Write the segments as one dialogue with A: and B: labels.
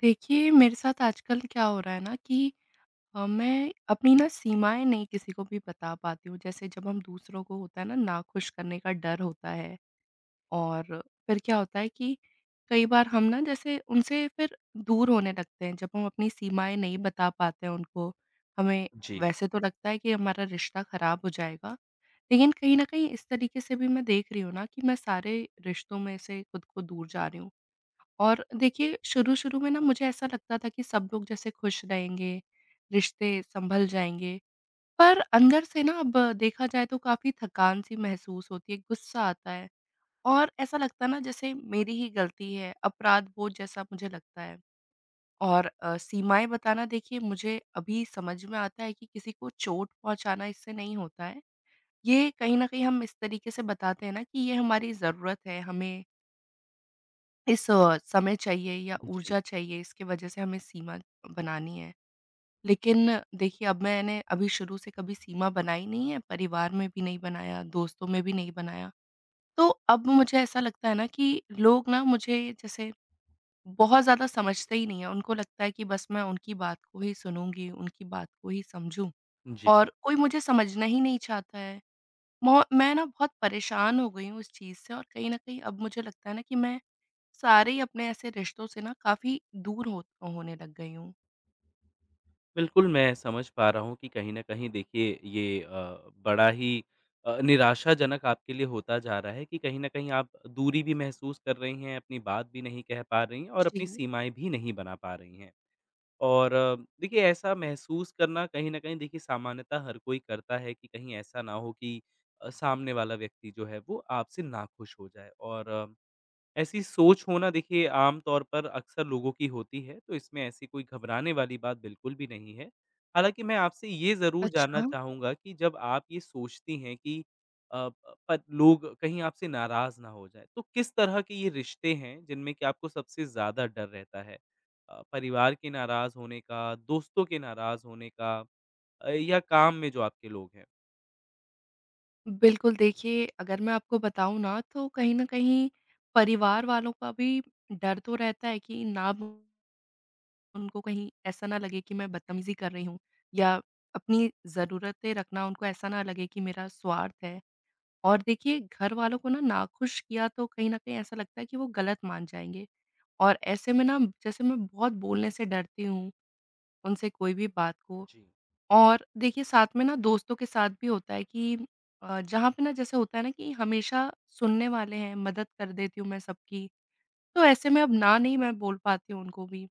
A: देखिए, मेरे साथ आजकल क्या हो रहा है ना कि मैं अपनी ना सीमाएँ नहीं किसी को भी बता पाती हूँ। जैसे जब हम दूसरों को होता है ना नाखुश करने का डर होता है और फिर क्या होता है कि कई बार हम ना जैसे उनसे फिर दूर होने लगते हैं, जब हम अपनी सीमाएँ नहीं बता पाते हैं उनको। हमें
B: जी,
A: वैसे तो लगता है कि हमारा रिश्ता ख़राब हो जाएगा, लेकिन कहीं न कहीं इस तरीके से भी मैं देख रही हूँ ना कि मैं सारे रिश्तों में से खुद को दूर जा रही हूँ। और देखिए, शुरू-शुरू में ना मुझे ऐसा लगता था कि सब लोग जैसे खुश रहेंगे, रिश्ते सँभल जाएँगे, पर अंदर से ना अब देखा जाए तो काफ़ी थकान-सी महसूस होती है, गुस्सा आता है और ऐसा लगता है ना जैसे मेरी ही गलती है, अपराध बोध जैसा मुझे लगता है। और सीमाएँ बताना देखिए मुझे अभी समझ में आता है कि किसी को चोट पहुँचाना इससे नहीं होता है। ये कहीं न कहीं हम इस तरीके से बताते हैं ना कि ये हमारी ज़रूरत है, हमें इस समय चाहिए या
B: जी,
A: ऊर्जा चाहिए इसकी वजह से हमें सीमा बनानी है। लेकिन देखिए अब मैंने अभी शुरू से कभी सीमा बनाई नहीं है, परिवार में भी नहीं बनाया, दोस्तों में भी नहीं बनाया। तो अब मुझे ऐसा लगता है ना कि लोग ना मुझे जैसे बहुत ज़्यादा समझते ही नहीं हैं। उनको लगता है कि बस मैं उनकी बात को ही सुनूँगी, उनकी बात को ही समझूँ
B: जी।
A: और कोई मुझे समझना ही नहीं चाहता है। मौ मैं ना बहुत परेशान हो गई हूँ इस चीज़ से और कहीं न कहीं अब मुझे लगता है ना कि मैं सारे ही अपने ऐसे रिश्तों से ना काफ़ी दूर हो होने लग गई हूँ।
B: बिल्कुल, मैं समझ पा रहा हूँ कि कहीं न कहीं देखिए ये बड़ा ही निराशाजनक आपके लिए होता जा रहा है कि कहीं न कहीं आप दूरी भी महसूस कर रही हैं, अपनी बात भी नहीं कह पा रही हैं और
A: जी,
B: अपनी सीमाएँ भी नहीं बना पा रही हैं। और देखिए ऐसा महसूस करना कहीं न कहीं देखिए सामान्यतः हर कोई करता है कि कहीं ऐसा ना हो कि सामने वाला व्यक्ति जो है वो आपसे नाखुश हो जाए, और ऐसी सोच होना देखिए आम तौर पर अक्सर लोगों की होती है, तो इसमें ऐसी कोई घबराने वाली बात बिल्कुल भी नहीं है। हालाँकि मैं आपसे ये ज़रूर जानना
A: अच्छा।
B: चाहूँगा कि जब आप ये सोचती हैं कि अ, प पर लोग कहीं आपसे नाराज़ ना हो जाएँ, तो किस तरह के ये रिश्ते हैं जिनमें कि आपको सबसे ज़्यादा डर रहता है? परिवार के नाराज़ होने का, दोस्तों के नाराज़ होने का, या काम में जो आपके लोग हैं?
A: बिल्कुल, देखिए अगर मैं आपको बताऊँ ना तो कहीं न कहीं परिवार वालों का भी डर तो रहता है कि उनको कहीं ऐसा ना लगे कि मैं बदतमीज़ी कर रही हूँ या अपनी ज़रूरतें रखना उनको ऐसा ना लगे कि मेरा स्वार्थ है। और देखिए घर वालों को ना नाखुश किया तो कहीं न कहीं ऐसा लगता है कि वो गलत मान जाएँगे और ऐसे में ना जैसे मैं बहुत बोलने से डरती हूँ, उनसे कोई भी बात को।
B: जी।
A: और देखिए साथ में ना दोस्तों के साथ भी होता है कि जहाँ पे ना जैसे होता है ना कि हमेशा सुनने वाले हैं, मदद कर देती हूँ मैं सबकी, तो ऐसे में अब ना नहीं मैं बोल पाती हूँ उनको भी,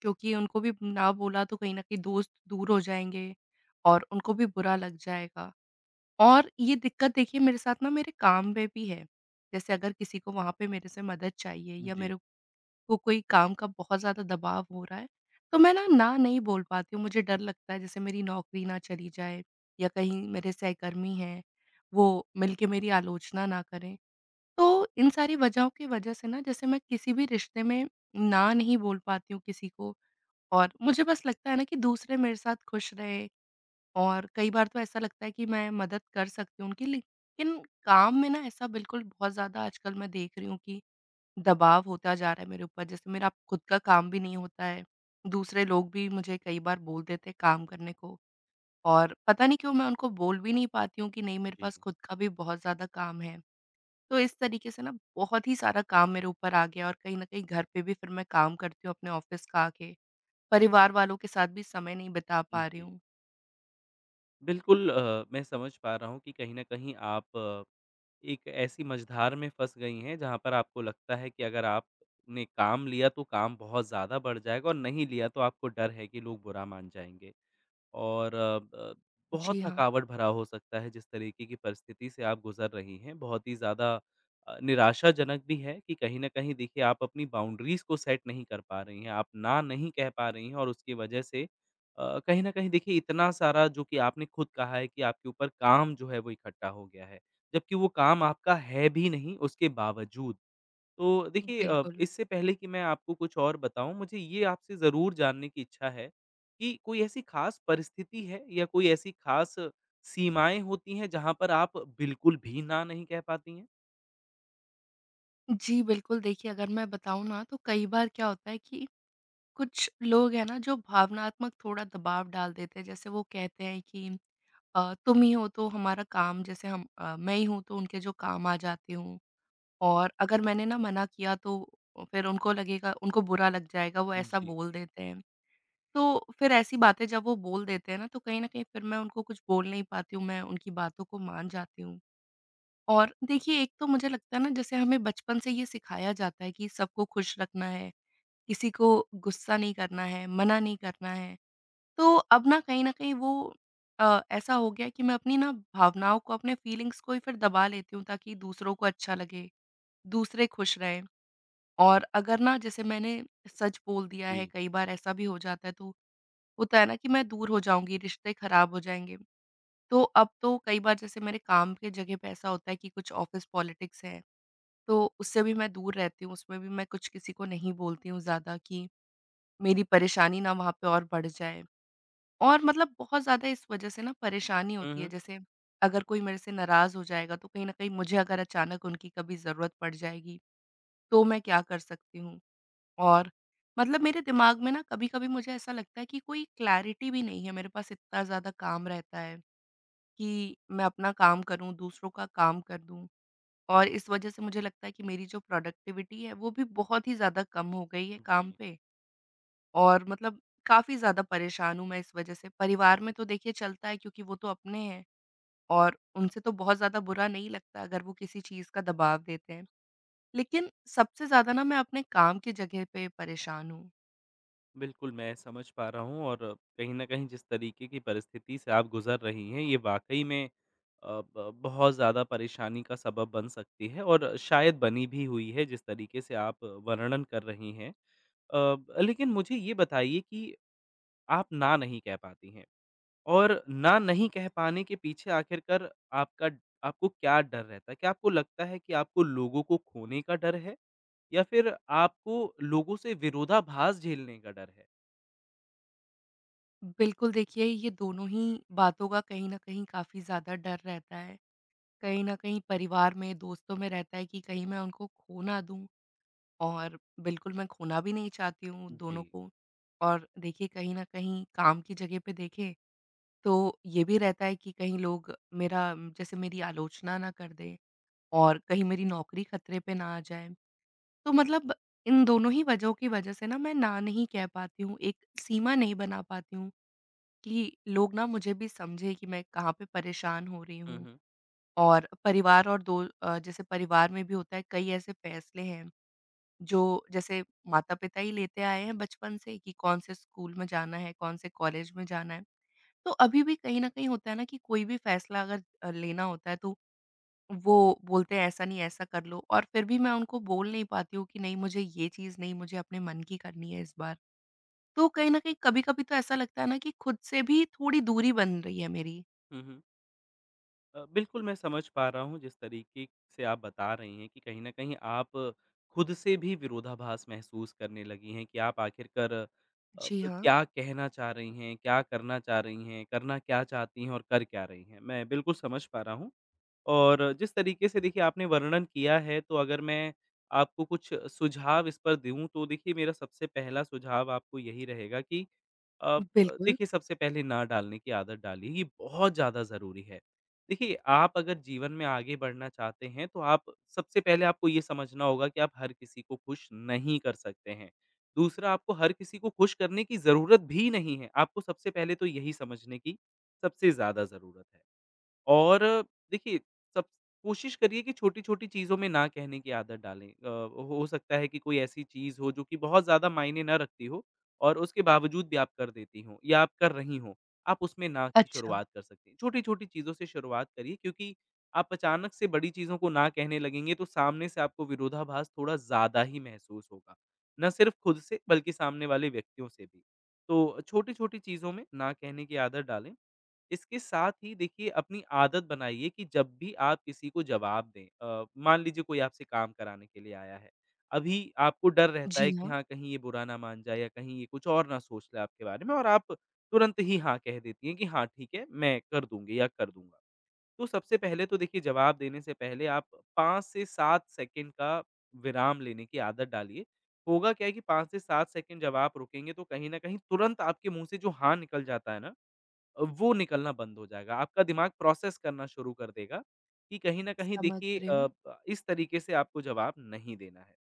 A: क्योंकि उनको भी ना बोला तो कहीं न कहीं दोस्त दूर हो जाएँगे और उनको भी बुरा लग जाएगा। और ये दिक्कत देखिए मेरे साथ ना मेरे काम में भी है। जैसे अगर किसी को वहाँ पे मेरे से मदद चाहिए या
B: जी।
A: मेरे को कोई काम का बहुत ज़्यादा दबाव हो रहा है, तो मैं ना नहीं बोल पाती हूँ। मुझे डर लगता है जैसे मेरी नौकरी ना चली जाए या कहीं मेरे सहकर्मी हैं, वो मिलके मेरी आलोचना ना करें। तो इन सारी वजहों की वजह से ना जैसे मैं किसी भी रिश्ते में ना नहीं बोल पाती हूँ किसी को और मुझे बस लगता है ना कि दूसरे मेरे साथ खुश रहे। और कई बार तो ऐसा लगता है कि मैं मदद कर सकती हूँ उनकी, लेकिन काम में ना ऐसा बिल्कुल बहुत ज़्यादा आजकल मैं देख रही हूँ कि दबाव होता जा रहा है मेरे ऊपर, जैसे मेरा खुद का काम भी नहीं होता है। दूसरे लोग भी मुझे कई बार बोल देते हैं काम करने को और पता नहीं क्यों मैं उनको बोल भी नहीं पाती हूँ कि नहीं मेरे
B: जी।
A: पास खुद का भी बहुत ज़्यादा काम है। तो इस तरीके से ना बहुत ही सारा काम मेरे ऊपर आ गया और कहीं न कहीं घर पे भी फिर मैं काम करती हूँ अपने ऑफ़िस का आके। परिवार वालों के साथ भी समय नहीं बिता पा रही
B: जी।
A: हूँ।
B: बिल्कुल, मैं समझ पा रहा हूँ कि कहीं न कहीं आप एक ऐसी मझधार में फँस गई हैं जहाँ पर आपको लगता है कि अगर आपने काम लिया तो काम बहुत ज़्यादा बढ़ जाएगा, और नहीं लिया तो आपको डर है कि लोग बुरा मान जाएँगे। और अ, ब बहुत
A: जी हाँ।
B: थकावट भरा हो सकता है जिस तरीके की परिस्थिति से आप गुज़र रही हैं, बहुत ही ज़्यादा निराशाजनक भी है कि कहीं न कहीं देखिए आप अपनी बाउंड्रीज़ को सेट नहीं कर पा रही हैं, आप ना नहीं कह पा रही हैं, और उसकी वजह से कहीं न कहीं देखिए इतना सारा जो कि आपने खुद कहा है कि आपके ऊपर काम जो है वो इकट्ठा हो गया है, जबकि वो काम आपका है भी नहीं उसके बावजूद। तो देखिए
A: बिल्कुल।
B: इससे पहले कि मैं आपको कुछ और बताऊँ, मुझे ये आपसे ज़रूर जानने की इच्छा है कि कोई ऐसी ख़ास परिस्थिति है या कोई ऐसी ख़ास सीमाएँ होती हैं, जहाँ पर आप बिल्कुल भी ना नहीं कह पाती हैं?
A: जी, बिल्कुल देखिए अगर मैं बताऊँ ना तो कई बार क्या होता है कि कुछ लोग हैं ना जो भावनात्मक थोड़ा दबाव डाल देते हैं, जैसे वो कहते हैं कि तुम ही हो तो हमारा काम, जैसे हम मैं ही हूँ तो उनके जो काम आ जाती हूँ। और अगर मैंने ना मना किया तो फिर उनको लगेगा, उनको बुरा लग जाएगा, वो ऐसा
B: जी,
A: बोल देते हैं। तो फिर ऐसी बातें जब वो बोल देते हैं ना तो कहीं ना कहीं फिर मैं उनको कुछ बोल नहीं पाती हूँ, मैं उनकी बातों को मान जाती हूँ। और देखिए एक तो मुझे लगता है ना जैसे हमें बचपन से ये सिखाया जाता है कि सबको खुश रखना है, किसी को गुस्सा नहीं करना है, मना नहीं करना है। तो अब ना कहीं न कहीं वो ऐसा हो गया कि मैं अपनी ना भावनाओं को, अपने फीलिंग्स को ही फिर दबा लेती हूँ ताकि दूसरों को अच्छा लगे, दूसरे खुश रहें। और अगर ना जैसे मैंने सच बोल दिया है,
B: जी।
A: कई बार ऐसा भी हो जाता है तो होता है ना कि मैं दूर हो जाऊँगी, रिश्ते खराब हो जाएँगे। तो अब तो कई बार जैसे मेरे काम के जगह पे ऐसा होता है कि कुछ ऑफ़िस पॉलिटिक्स है, तो उससे भी मैं दूर रहती हूँ, उसमें भी मैं कुछ किसी को नहीं बोलती हूँ ज़्यादा कि मेरी परेशानी ना वहाँ पे और बढ़ जाए। और मतलब बहुत ज़्यादा इस वज़ह से ना परेशानी
B: हुँ,
A: होती है,
B: हुँ।
A: जैसे अगर कोई मेरे से नाराज़ हो जाएगा, तो कहीं न कहीं मुझे अगर अचानक उनकी कभी ज़रूरत पड़ जाएगी, तो मैं क्या कर सकती हूँ? और मतलब मेरे दिमाग में ना कभी-कभी मुझे ऐसा लगता है कि कोई क्लैरिटी भी नहीं है, मेरे पास इतना ज़्यादा काम रहता है कि मैं अपना काम करूँ, दूसरों का काम कर दूँ। और इस वज़ह से मुझे लगता है कि मेरी जो प्रोडक्टिविटी है, वो भी बहुत ही ज़्यादा कम हो गई है काम
B: जी।
A: पे। और मतलब काफ़ी ज़्यादा परेशान हूँ मैं इस वज़ह से। परिवार में तो देखिए चलता है क्योंकि वो तो अपने हैं और उनसे तो बहुत ज़्यादा बुरा नहीं लगता अगर वो किसी चीज़ का दबाव देते हैं। लेकिन सबसे ज़्यादा ना मैं अपने काम की जगह पे परेशान हूँ।
B: बिल्कुल, मैं समझ पा रहा हूँ, और कहीं न कहीं जिस तरीके की परिस्थिति से आप गुज़र रही हैं, ये वाक़ई में अ, ब बहुत ज़्यादा परेशानी का सबब बन सकती है और शायद बनी भी हुई है, जिस तरीके से आप वर्णन कर रही हैं। अ, लेकिन मुझे ये बताइए कि आप ना नहीं कह पाती हैं, और ना नहीं कह पाने के पीछे आखिरकार आपका आपको क्या डर रहता है? क्या आपको लगता है कि आपको लोगों को खोने का डर है, या फिर आपको लोगों से विरोधाभास झेलने का डर है?
A: बिल्कुल देखिए ये दोनों ही बातों का कहीं न कहीं काफ़ी ज़्यादा डर रहता है। कहीं न कहीं परिवार में, दोस्तों में रहता है कि कहीं मैं उनको खो ना दूँ और बिल्कुल मैं खोना भी नहीं चाहती हूँ
B: जी।
A: दोनों को। और देखिए कहीं न कहीं काम की जगह पे देखें तो ये भी रहता है कि कहीं लोग जैसे मेरी आलोचना ना कर दें और कहीं मेरी नौकरी खतरे पे ना आ जाए। तो मतलब इन दोनों ही वजहों की वजह से ना मैं ना नहीं कह पाती हूँ, एक सीमा नहीं बना पाती हूँ कि लोग ना मुझे भी समझे कि मैं कहाँ पे परेशान हो रही
B: हुँ,
A: हूँ।
B: हुँ।
A: और परिवार और जैसे परिवार में भी होता है कई ऐसे फैसले हैं जो जैसे माता-पिता ही लेते आए हैं बचपन से कि कौन से स्कूल में जाना है, कौन से कॉलेज में जाना है। तो अभी भी कहीं न कहीं होता है ना कि कोई भी फ़ैसला अगर लेना होता है तो वो बोलते हैं ऐसा नहीं ऐसा कर लो, और फिर भी मैं उनको बोल नहीं पाती हूँ कि नहीं मुझे ये चीज़ नहीं, मुझे अपने मन की करनी है इस बार। तो कहीं न कहीं कभी-कभी तो ऐसा लगता है ना कि खुद से भी थोड़ी दूरी बन रही है मेरी।
B: हुँ, हुँ। बिल्कुल, मैं समझ पा रहा हूँ जिस तरीके से आप बता रही हैं कि कहीं न कहीं आप खुद से भी विरोधाभास महसूस करने लगी हैं कि आप आखिरकार
A: जी हाँ,
B: क्या कहना चाह रही हैं, क्या करना चाह रही हैं, करना क्या चाहती हैं और कर क्या रही हैं। मैं बिल्कुल समझ पा रहा हूँ, और जिस तरीके से देखिए आपने वर्णन किया है तो अगर मैं आपको कुछ सुझाव इस पर दूँ, तो देखिए मेरा सबसे पहला सुझाव आपको यही रहेगा कि अ,
A: बिल्कुल।
B: देखिए सबसे पहले ना डालने की आदत डालिए, ये बहुत ज़्यादा ज़रूरी है। देखिए, आप अगर जीवन में आगे बढ़ना चाहते हैं, तो आप सबसे पहले आपको ये समझना होगा कि आप हर किसी को खुश नहीं कर सकते हैं। दूसरा, आपको हर किसी को खुश करने की ज़रूरत भी नहीं है। आपको सबसे पहले तो यही समझने की सबसे ज़्यादा ज़रूरत है। और देखिए, सब कोशिश करिए कि छोटी-छोटी चीज़ों में ना कहने की आदत डालें। हो सकता है कि कोई ऐसी चीज़ हो जो कि बहुत ज़्यादा मायने ना रखती हो, और उसके बावजूद भी आप कर देती हों या आप कर रही हों, आप उसमें ना की
A: अच्छा,
B: शुरुआत कर सकती हैं। छोटी-छोटी चीज़ों से शुरुआत करिए, क्योंकि आप अचानक से बड़ी चीज़ों को ना कहने लगेंगे तो सामने से आपको विरोधाभास थोड़ा ज़्यादा ही महसूस होगा। ना सिर्फ़ खुद से बल्कि सामने वाले व्यक्तियों से भी। तो छोटी-छोटी चीज़ों में ना कहने की आदत डालें। इसके साथ ही देखिए अपनी आदत बनाइए कि जब भी आप किसी को जवाब दें, मान लीजिए कोई आपसे काम कराने के लिए आया है। अभी आपको डर रहता
A: जी
B: है कि
A: हाँ,
B: हाँ, कहीं ये बुरा ना मान जाए या कहीं ये कुछ और ना सोच ले आपके बारे में, और आप तुरंत ही हाँ कह देती हैं कि हाँ, ठीक है, मैं कर दूँगी या कर दूँगा। तो सबसे पहले तो देखिए जवाब देने से पहले आप 5 से 7 सेकंड का विराम लेने की आदत डालिए। होगा क्या है कि 5 से 7 सेकंड जब आप रुकेंगे तो कहीं न कहीं तुरंत आपके मुँह से जो हाँ निकल जाता है ना, वो निकलना बंद हो जाएगा। आपका दिमाग प्रोसेस करना शुरू कर देगा कि कहीं न कहीं
A: समझ
B: देखिए
A: रही
B: अ,
A: हूँ।
B: ब इस तरीके से आपको जवाब नहीं देना है।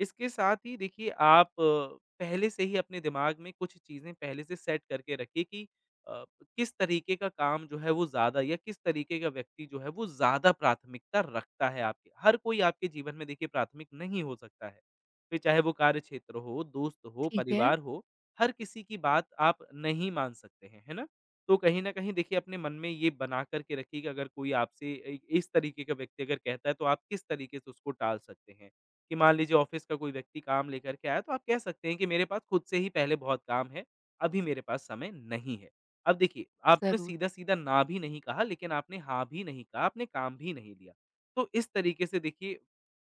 B: इसके साथ ही देखिए आप पहले से ही अपने दिमाग में कुछ चीज़ें पहले से सेट करके रखिए कि अ, किस तरीके का काम जो है वो ज़्यादा या किस तरीके का व्यक्ति जो है वो ज़्यादा प्राथमिकता रखता है आपके, हर कोई आपके जीवन में देखिए प्राथमिक नहीं हो सकता है। फिर चाहे वो कार्य क्षेत्र हो, दोस्त हो,
A: ठीक है,
B: परिवार हो, हर किसी की बात आप नहीं मान सकते हैं, है ना? तो कहीं न कहीं देखिए अपने मन में ये बना कर के रखिए कि अगर कोई आपसे इ इस तरीके का व्यक्ति अगर कहता है तो आप किस तरीके से उसको टाल सकते हैं। कि मान लीजिए ऑफ़िस का कोई व्यक्ति काम लेकर के आया, तो आप कह सकते हैं कि मेरे पास खुद से ही पहले बहुत काम है, अभी मेरे पास समय नहीं है। अब देखिए, आपने
A: ज़रूर।
B: सीधा-सीधा ना भी नहीं कहा, लेकिन आपने हाँ भी नहीं कहा, आपने काम भी नहीं लिया। तो इस तरीके से देखिए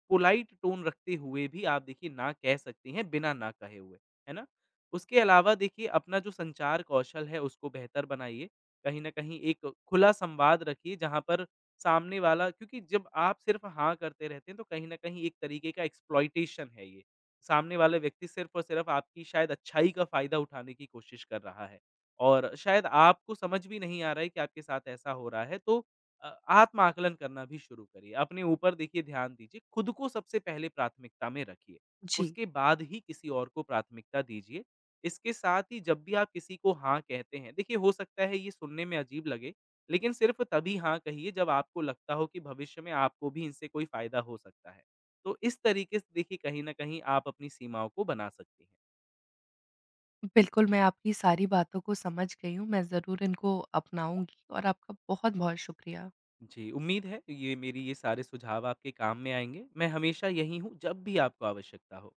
B: पोलाइट टोन रखते हुए भी आप देखिए ना कह सकती हैं, बिना ना कहे हुए, है ना? उसके अलावा देखिए अपना जो संचार कौशल है उसको बेहतर बनाइए। कहीं न कहीं एक खुला संवाद रखिए जहाँ पर सामने वाला, क्योंकि जब आप सिर्फ़ हाँ करते रहते हैं तो कहीं न कहीं एक तरीके का एक्सप्लॉइटेशन है ये। सामने वाले व्यक्ति सिर्फ़ और सिर्फ़ आपकी शायद अच्छाई का फ़ायदा उठाने की कोशिश कर रहा है और शायद आपको समझ भी नहीं आ रहा है कि आपके साथ ऐसा हो रहा है, तो आत्म-आकलन करना भी शुरू करिए। अपने ऊपर देखिए ध्यान दीजिए, खुद को सबसे पहले प्राथमिकता में रखिए,
A: जी,
B: उसके बाद ही किसी और को प्राथमिकता दीजिए। इसके साथ ही जब भी आप किसी को हाँ कहते हैं, देखिए हो सकता है ये सुनने में अजीब लगे, लेकिन सिर्फ़ तभी हाँ कहिए जब आपको लगता हो कि भविष्य में आपको भी इनसे कोई फ़ायदा हो सकता है। तो इस तरीके से देखिए कहीं न कहीं आप अपनी सीमाओं को बना सकती हैं।
A: बिल्कुल मैं आपकी सारी बातों को समझ गई हूँ, मैं ज़रूर इनको अपनाऊँगी और आपका बहुत-बहुत शुक्रिया।
B: जी, उम्मीद है ये मेरी ये सारे सुझाव आपके काम में आएँगे। मैं हमेशा यहीं हूँ, जब भी आपको आवश्यकता हो।